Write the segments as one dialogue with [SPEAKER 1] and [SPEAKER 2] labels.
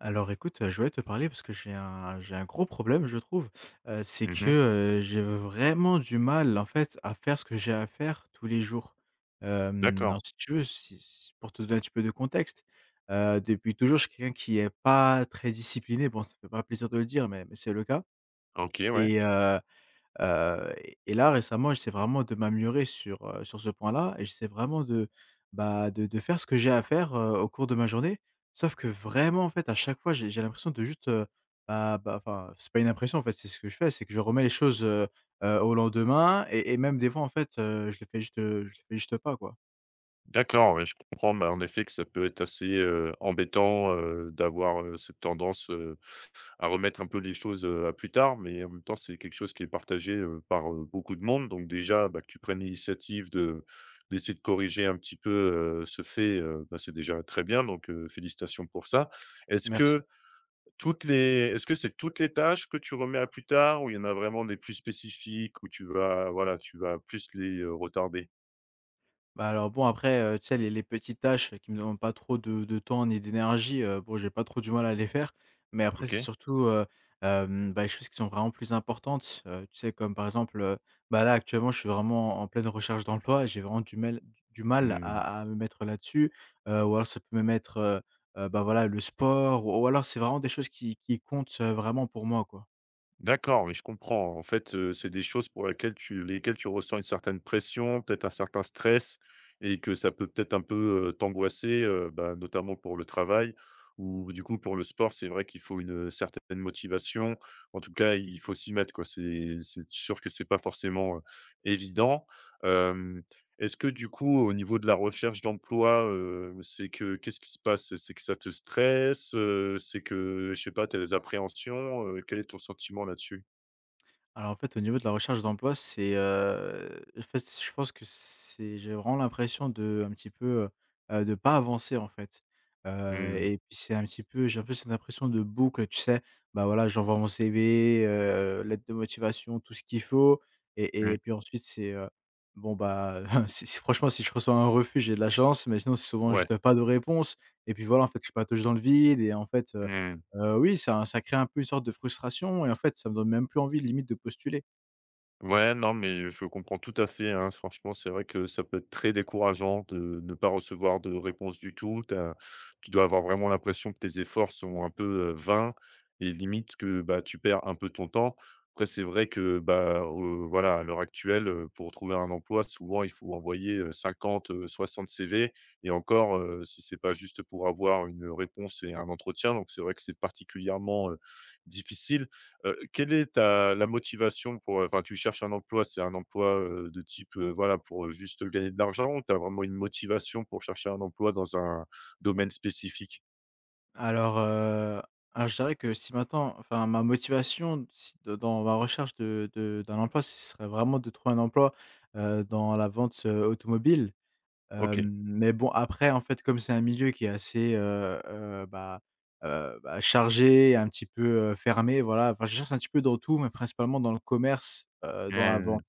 [SPEAKER 1] Je voulais te parler parce que j'ai un gros problème je trouve, c'est
[SPEAKER 2] Mmh
[SPEAKER 1] que,
[SPEAKER 2] mh.
[SPEAKER 1] j'ai vraiment du mal en fait à faire ce que j'ai à faire tous les jours.
[SPEAKER 2] D'accord.
[SPEAKER 1] Alors si tu veux, si pour te donner un petit peu de contexte, depuis toujours je suis quelqu'un qui est pas très discipliné. Bon ça fait pas plaisir de le dire mais c'est le cas
[SPEAKER 2] OK, ouais.
[SPEAKER 1] et euh, et là, récemment, j'essaie vraiment de m'améliorer sur, sur ce point-là et j'essaie vraiment de, bah, de faire ce que j'ai à faire, au cours de ma journée. Sauf que vraiment, en fait, à chaque fois, j'ai l'impression de juste, bah, enfin, c'est pas une impression, en fait, c'est ce que je fais, c'est que je remets les choses, au lendemain et même des fois, en fait, je le fais juste, je le fais juste pas, quoi.
[SPEAKER 2] D'accord, ouais, je comprends, bah, en effet, que ça peut être assez, embêtant, d'avoir, cette tendance, à remettre un peu les choses, à plus tard, mais en même temps, c'est quelque chose qui est partagé, par, beaucoup de monde. Donc déjà, bah, que tu prennes l'initiative de d'essayer de corriger un petit peu, ce fait, bah, c'est déjà très bien, donc félicitations pour ça. Est-ce
[SPEAKER 1] Merci.
[SPEAKER 2] que est-ce que c'est toutes les tâches que tu remets à plus tard ou il y en a vraiment des plus spécifiques où tu vas voilà, tu vas plus les, retarder?
[SPEAKER 1] Bah, alors bon après, tu sais les petites tâches qui me demandent pas trop de temps ni d'énergie, bon j'ai pas trop du mal à les faire. Mais après c'est
[SPEAKER 2] OK.
[SPEAKER 1] surtout, bah, les choses qui sont vraiment plus importantes, tu sais comme par exemple, bah, là actuellement je suis vraiment en pleine recherche d'emploi et j'ai vraiment du mal
[SPEAKER 2] Mmh.
[SPEAKER 1] à me mettre là-dessus, ou alors ça peut même être, bah, voilà le sport ou alors c'est vraiment des choses qui comptent, vraiment pour moi, quoi.
[SPEAKER 2] D'accord, mais je comprends. En fait, c'est des choses pour laquelle tu lesquelles tu ressens une certaine pression, peut-être un certain stress et que ça peut peut-être un peu, t'angoisser, bah, notamment pour le travail ou du coup pour le sport. C'est vrai qu'il faut une certaine motivation. En tout cas, il faut s'y mettre, quoi. C'est sûr que c'est pas forcément, évident. Est-ce que du coup, au niveau de la recherche d'emploi, c'est que qu'est-ce qui se passe? C'est que ça te stresse, c'est que, je sais pas, tu as des appréhensions, quel est ton sentiment là-dessus?
[SPEAKER 1] Alors en fait, au niveau de la recherche d'emploi, c'est, en fait, je pense que c'est j'ai vraiment l'impression de un petit peu, de pas avancer, en fait. Heu
[SPEAKER 2] Mmh.
[SPEAKER 1] et puis c'est un petit peu j'ai un peu cette impression de boucle, tu sais? Bah, voilà, j'envoie mon CV, lettre de motivation, tout ce qu'il faut et
[SPEAKER 2] Mmh.
[SPEAKER 1] puis ensuite c'est, bon, bah, si franchement, si je reçois un refus, j'ai de la chance, mais sinon c'est souvent
[SPEAKER 2] Ouais.
[SPEAKER 1] juste pas de réponse et puis voilà, en fait, je patauge dans le vide et en fait,
[SPEAKER 2] Mmh.
[SPEAKER 1] Oui, ça crée un peu une sorte de frustration et en fait, ça me donne même plus envie limite de postuler.
[SPEAKER 2] Ouais, non, mais je comprends tout à fait, hein. Franchement, c'est vrai que ça peut être très décourageant de ne pas recevoir de réponse du tout. Tu dois avoir vraiment l'impression que tes efforts sont un peu, vains et limite que, bah, tu perds un peu ton temps. Après, c'est vrai que, bah, voilà, à l'heure actuelle, pour trouver un emploi, souvent, il faut envoyer, 50, 60 CV et encore, si c'est pas juste pour avoir une réponse et un entretien. Donc c'est vrai que c'est particulièrement, difficile. Quelle est ta la motivation pour, enfin, tu cherches un emploi, c'est un emploi, de type, voilà, pour, juste gagner de l'argent ou tu as vraiment une motivation pour chercher un emploi dans un domaine spécifique?
[SPEAKER 1] Alors, heu, alors je dirais que si maintenant enfin ma motivation si de dans ma recherche de d'un emploi, ce serait vraiment de trouver un emploi, dans la vente, automobile.
[SPEAKER 2] OK.
[SPEAKER 1] Mais bon après en fait comme c'est un milieu qui est assez, bah, bah, chargé, un petit peu, fermé voilà. Enfin je cherche un petit peu dans tout mais principalement dans le commerce, dans la
[SPEAKER 2] Mmh.
[SPEAKER 1] vente.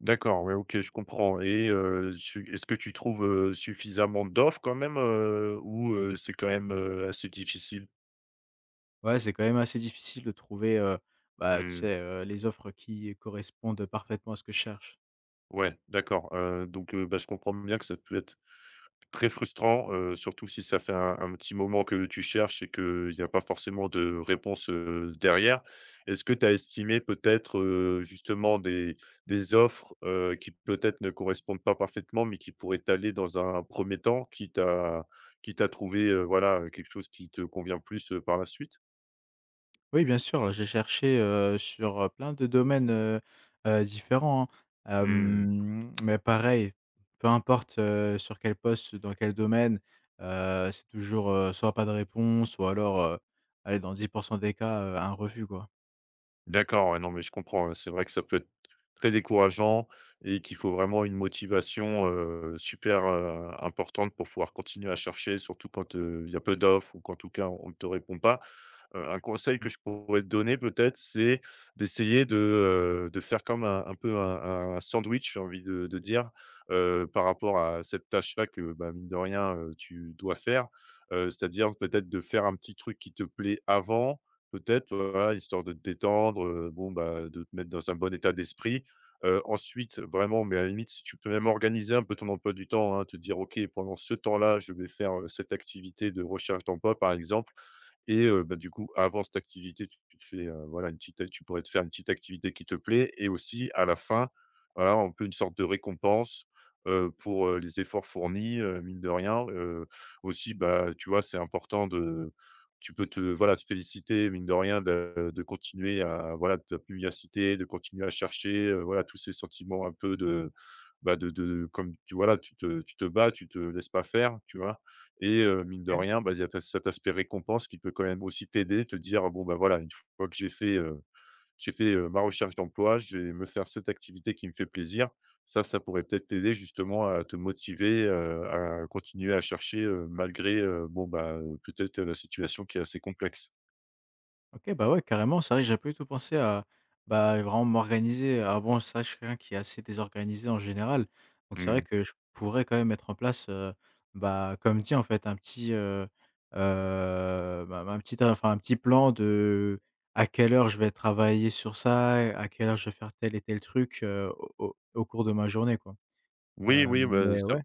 [SPEAKER 2] D'accord, ouais, OK, je comprends et su est-ce que tu trouves, suffisamment d'offres quand même, ou c'est quand même, assez difficile?
[SPEAKER 1] Ouais, c'est quand même assez difficile de trouver, bah, tu
[SPEAKER 2] Mmh.
[SPEAKER 1] sais, les offres qui correspondent parfaitement à ce que je cherche.
[SPEAKER 2] Ouais, d'accord, donc bah, je comprends bien que ça peut être très frustrant, surtout si ça fait un petit moment que tu cherches et qu'il n'y a pas forcément de réponse, derrière. Est-ce que tu as estimé peut-être, justement des offres, qui peut-être ne correspondent pas parfaitement, mais qui pourraient t'aller dans un premier temps, qui t'a trouvé voilà, quelque chose qui te convient plus, par la suite?
[SPEAKER 1] Oui, bien sûr, j'ai cherché, sur, plein de domaines, différents, hein.
[SPEAKER 2] Mmh.
[SPEAKER 1] Mais pareil, peu importe, sur quel poste, dans quel domaine, c'est toujours, soit pas de réponse ou alors, allez, dans 10% des cas, un refus, quoi.
[SPEAKER 2] D'accord, ouais, non, mais je comprends, ouais. C'est vrai que ça peut être très décourageant et qu'il faut vraiment une motivation, super, importante pour pouvoir continuer à chercher, surtout quand, il y a peu d'offres ou qu'en tout cas on ne te répond pas. Un conseil
[SPEAKER 1] Mmh.
[SPEAKER 2] que je pourrais te donner peut-être, c'est d'essayer de faire comme un peu un sandwich, j'ai envie de dire, par rapport à cette tâche-là que, bah, mine de rien, tu dois faire. C'est-à-dire peut-être de faire un petit truc qui te plaît avant, peut-être, voilà, histoire de te détendre, bon, bah, de te mettre dans un bon état d'esprit. Ensuite, vraiment, mais à la limite, si tu peux même organiser un peu ton emploi du temps, hein, te dire: «OK, pendant ce temps-là, je vais faire, cette activité de recherche d'emploi», par exemple. Et bah, du coup, avant cette activité, tu te fais, voilà, une petite tu pourrais te faire une petite activité qui te plaît et aussi à la fin, voilà, on peut une sorte de récompense, pour, les efforts fournis, mine de rien, aussi, bah, tu vois, c'est important de tu peux te voilà, te féliciter mine de rien de continuer à voilà, ta pugnacité, de continuer à chercher, voilà, tous ces sentiments un peu de, bah, de comme tu voilà, tu te bats, tu te laisses pas faire, tu vois? Et mine de rien, bah, il y a ta cet aspect récompense qui peut quand même aussi t'aider, te dire: «Bon, bah, voilà, une fois que j'ai fait, ma recherche d'emploi, je vais me faire cette activité qui me fait plaisir». Ça pourrait peut-être t'aider justement à te motiver, à continuer à chercher, malgré, bon, bah, peut-être, la situation qui est assez complexe.
[SPEAKER 1] OK, bah, ouais, carrément, c'est vrai que j'avais pas du tout pensé à, bah, vraiment m'organiser. Alors bon, c'est je suis quelqu'un qui est assez désorganisé en général, donc c'est vrai
[SPEAKER 2] Mmh.
[SPEAKER 1] que je pourrais quand même mettre en place, bah, comme dit, en fait, un petit, bah, un petit enfin, un petit plan de à quelle heure je vais travailler sur ça, à quelle heure je vais faire tel et tel truc, au au cours de ma journée, quoi.
[SPEAKER 2] Oui, oui, bah,
[SPEAKER 1] Mais
[SPEAKER 2] ça
[SPEAKER 1] ouais.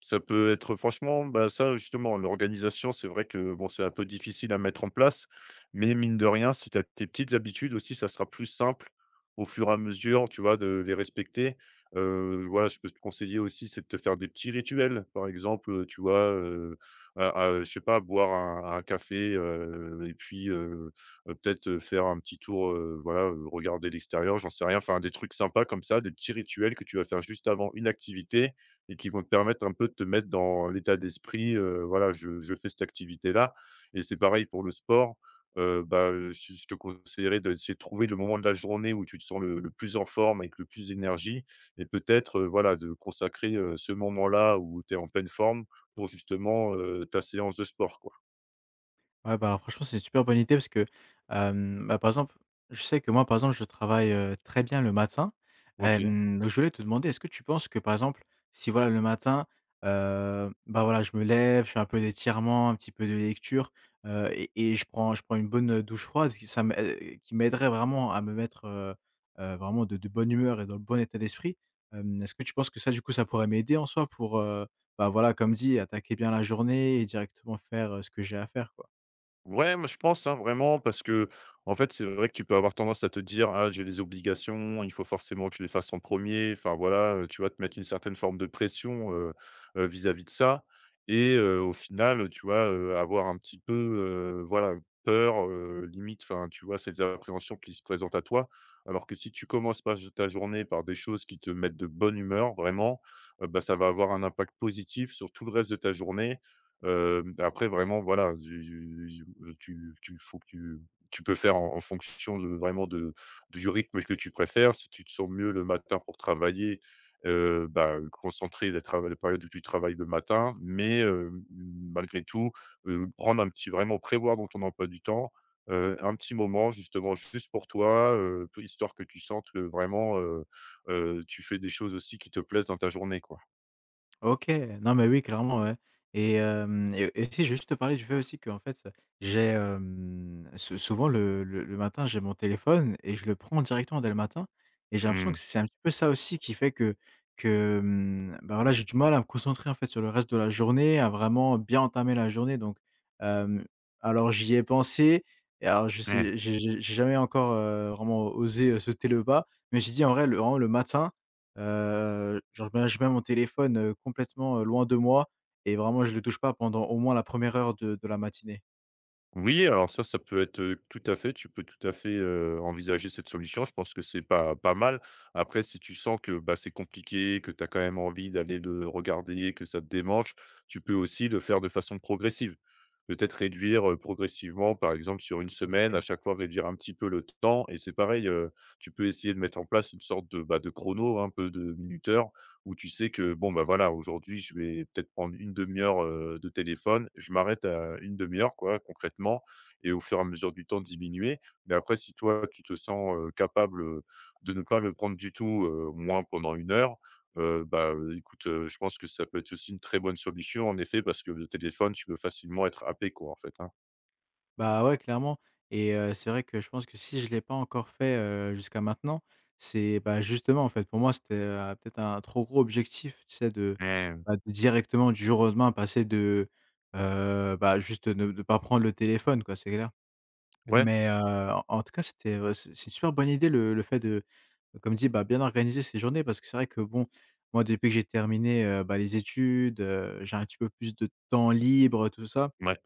[SPEAKER 2] Ça peut être franchement, bah, ça justement, l'organisation, c'est vrai que bon, c'est un peu difficile à mettre en place, mais mine de rien, si tu as tes petites habitudes aussi, ça sera plus simple au fur et à mesure, tu vois, de les respecter. Voilà, je peux te conseiller aussi, c'est de te faire des petits rituels. Par exemple, tu vois, à à je sais pas, boire un café, et puis, peut-être, faire un petit tour, voilà, regarder l'extérieur, j'en sais rien, enfin des trucs sympas comme ça, des petits rituels que tu vas faire juste avant une activité et qui vont te permettre un peu de te mettre dans l'état d'esprit, voilà, je fais cette activité-là et c'est pareil pour le sport. Bah, je te conseillerais d'essayer de trouver le moment de la journée où tu te sens le plus en forme, avec le plus d'énergie et peut-être, voilà, de consacrer, ce moment-là où tu es en pleine forme pour justement, ta séance de sport, quoi.
[SPEAKER 1] Ouais, bah, alors franchement, c'est une super bonne idée parce que, bah, par exemple, je sais que moi, par exemple, je travaille, très bien le matin.
[SPEAKER 2] OK.
[SPEAKER 1] Donc je voulais te demander, est-ce que tu penses que, par exemple, si voilà le matin, bah, voilà, je me lève, je fais un peu d'étirements, un petit peu de lecture, et je prends une bonne, douche froide qui m'aiderait vraiment à me mettre, vraiment de bonne humeur et dans le bon état d'esprit. Est-ce que tu penses que ça, du coup, ça pourrait m'aider en soi pour, bah, voilà, comme dit, attaquer bien la journée et directement faire, ce que j'ai à faire, quoi?
[SPEAKER 2] Ouais, moi je pense, hein, vraiment, parce que, en fait, c'est vrai que tu peux avoir tendance à te dire: «Ah, j'ai des obligations, il faut forcément que je les fasse en premier. Enfin voilà, tu vas te mettre une certaine forme de pression, vis-à-vis de ça et au final, tu vois? Avoir un petit peu, voilà, peur, limite, enfin, tu vois? Ces appréhensions qui se présentent à toi. Alors que si tu commences pas ta journée par des choses qui te mettent de bonne humeur, vraiment, bah, ça va avoir un impact positif sur tout le reste de ta journée. Après vraiment voilà, tu tu tu faut que tu tu peux faire en fonction de vraiment, de du rythme que tu préfères. Si tu te sens mieux le matin pour travailler, bah, concentrer la période où tu travailles le matin, mais malgré tout, prendre un petit vraiment prévoir dans ton emploi du temps, un petit moment justement juste pour toi, histoire que tu sentes que vraiment, tu fais des choses aussi qui te plaisent dans ta journée, quoi.
[SPEAKER 1] OK. Non, mais oui, clairement, ouais et hem et si, je vais juste te parler du fait aussi qu'en fait, j'ai, souvent le matin, j'ai mon téléphone et je le prends directement dès le matin et j'ai l'impression que c'est un petit peu ça aussi qui fait que, mmh, bah, voilà, j'ai du mal à me concentrer, en fait, sur le reste de la journée, à vraiment bien entamer la journée donc hem, alors j'y ai pensé et alors je
[SPEAKER 2] Mmh.
[SPEAKER 1] sais j'ai jamais encore, vraiment osé, sauter le pas mais j'ai dit: «En vrai, le vraiment le matin.» Genre ben, je mets mon téléphone, complètement, loin de moi et vraiment je le touche pas pendant au moins la première heure de la matinée.
[SPEAKER 2] Oui, alors ça peut être, tout à fait tu peux tout à fait, envisager cette solution. Je pense que c'est pas mal. Après, si tu sens que, bah, c'est compliqué, que tu as quand même envie d'aller le regarder, que ça te démange, tu peux aussi le faire de façon progressive. Peut-être réduire, progressivement, par exemple, sur une semaine, à
[SPEAKER 1] OK.
[SPEAKER 2] chaque fois réduire un petit peu le temps et c'est pareil, tu peux essayer de mettre en place une sorte de, bah, de chrono, un peu de minuteur où tu sais que bon, bah, voilà, aujourd'hui, je vais peut-être prendre une demi heure, de téléphone. Je m'arrête à une demi heure quoi, concrètement et au fur et à mesure du temps diminuer. Mais après si toi, tu te sens, capable, de ne pas le prendre du tout, au moins pendant une heure, bah, écoute, je pense que ça peut être aussi une très bonne solution en effet parce que le téléphone, tu peux facilement être happé quoi, en fait, hein.
[SPEAKER 1] Bah, ouais, clairement et c'est vrai que je pense que si je l'ai pas encore fait, jusqu'à maintenant, c'est, bah, justement, en fait, pour moi, c'était, peut-être un trop gros objectif, tu sais, de,
[SPEAKER 2] Mmh.
[SPEAKER 1] bah, de directement, du jour au lendemain, passer de, bah, juste ne pas prendre le téléphone, quoi, c'est clair.
[SPEAKER 2] Ouais,
[SPEAKER 1] Mais en tout cas, c'était, c'est une super bonne idée le fait de, comme dit, bah, bien organiser ses journées parce que c'est vrai que bon, moi depuis que j'ai terminé, bah, les études, j'ai un petit peu plus de temps libre, tout ça,
[SPEAKER 2] ouais,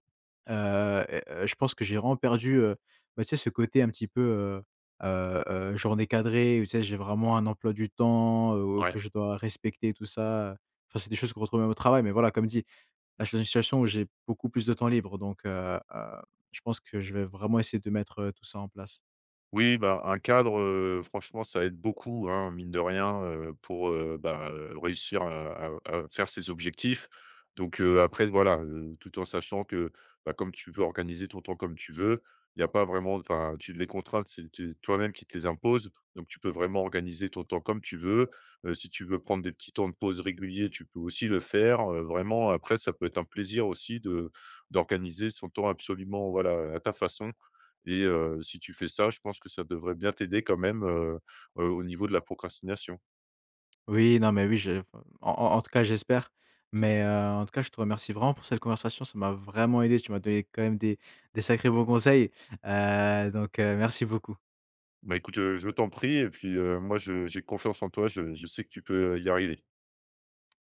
[SPEAKER 1] et je pense que j'ai vraiment perdu, bah, tu sais ce côté un petit peu, journée cadrée où tu sais j'ai vraiment un emploi du temps,
[SPEAKER 2] ouais.
[SPEAKER 1] que je dois respecter tout ça, enfin c'est des choses qu'on retrouve même au travail mais voilà comme dit, là, je suis dans une situation où j'ai beaucoup plus de temps libre, donc je pense que je vais vraiment essayer de mettre, tout ça en place.
[SPEAKER 2] Oui, bah, un cadre, franchement, ça aide beaucoup, hein, mine de rien, pour, bah, réussir à faire ses objectifs. Donc, après, voilà, tout en sachant que, bah, comme tu peux organiser ton temps comme tu veux, il n'y a pas vraiment enfin, tu les contraintes, c'est tu toi-même qui te les imposes. Donc, tu peux vraiment organiser ton temps comme tu veux. Si tu veux prendre des petits temps de pause réguliers, tu peux aussi le faire, vraiment. Après, ça peut être un plaisir aussi de d'organiser son temps absolument, voilà, à ta façon et si tu fais ça, je pense que ça devrait bien t'aider quand même, au niveau de la procrastination.
[SPEAKER 1] Oui, non, mais oui, je enfin, en en tout cas, j'espère, mais en tout cas, je te remercie vraiment pour cette conversation. Ça m'a vraiment aidé. Tu m'as donné quand même des sacrés bons conseils, donc merci beaucoup.
[SPEAKER 2] Bah, écoute, je t'en prie et puis, moi je j'ai confiance en toi, je sais que tu peux y arriver.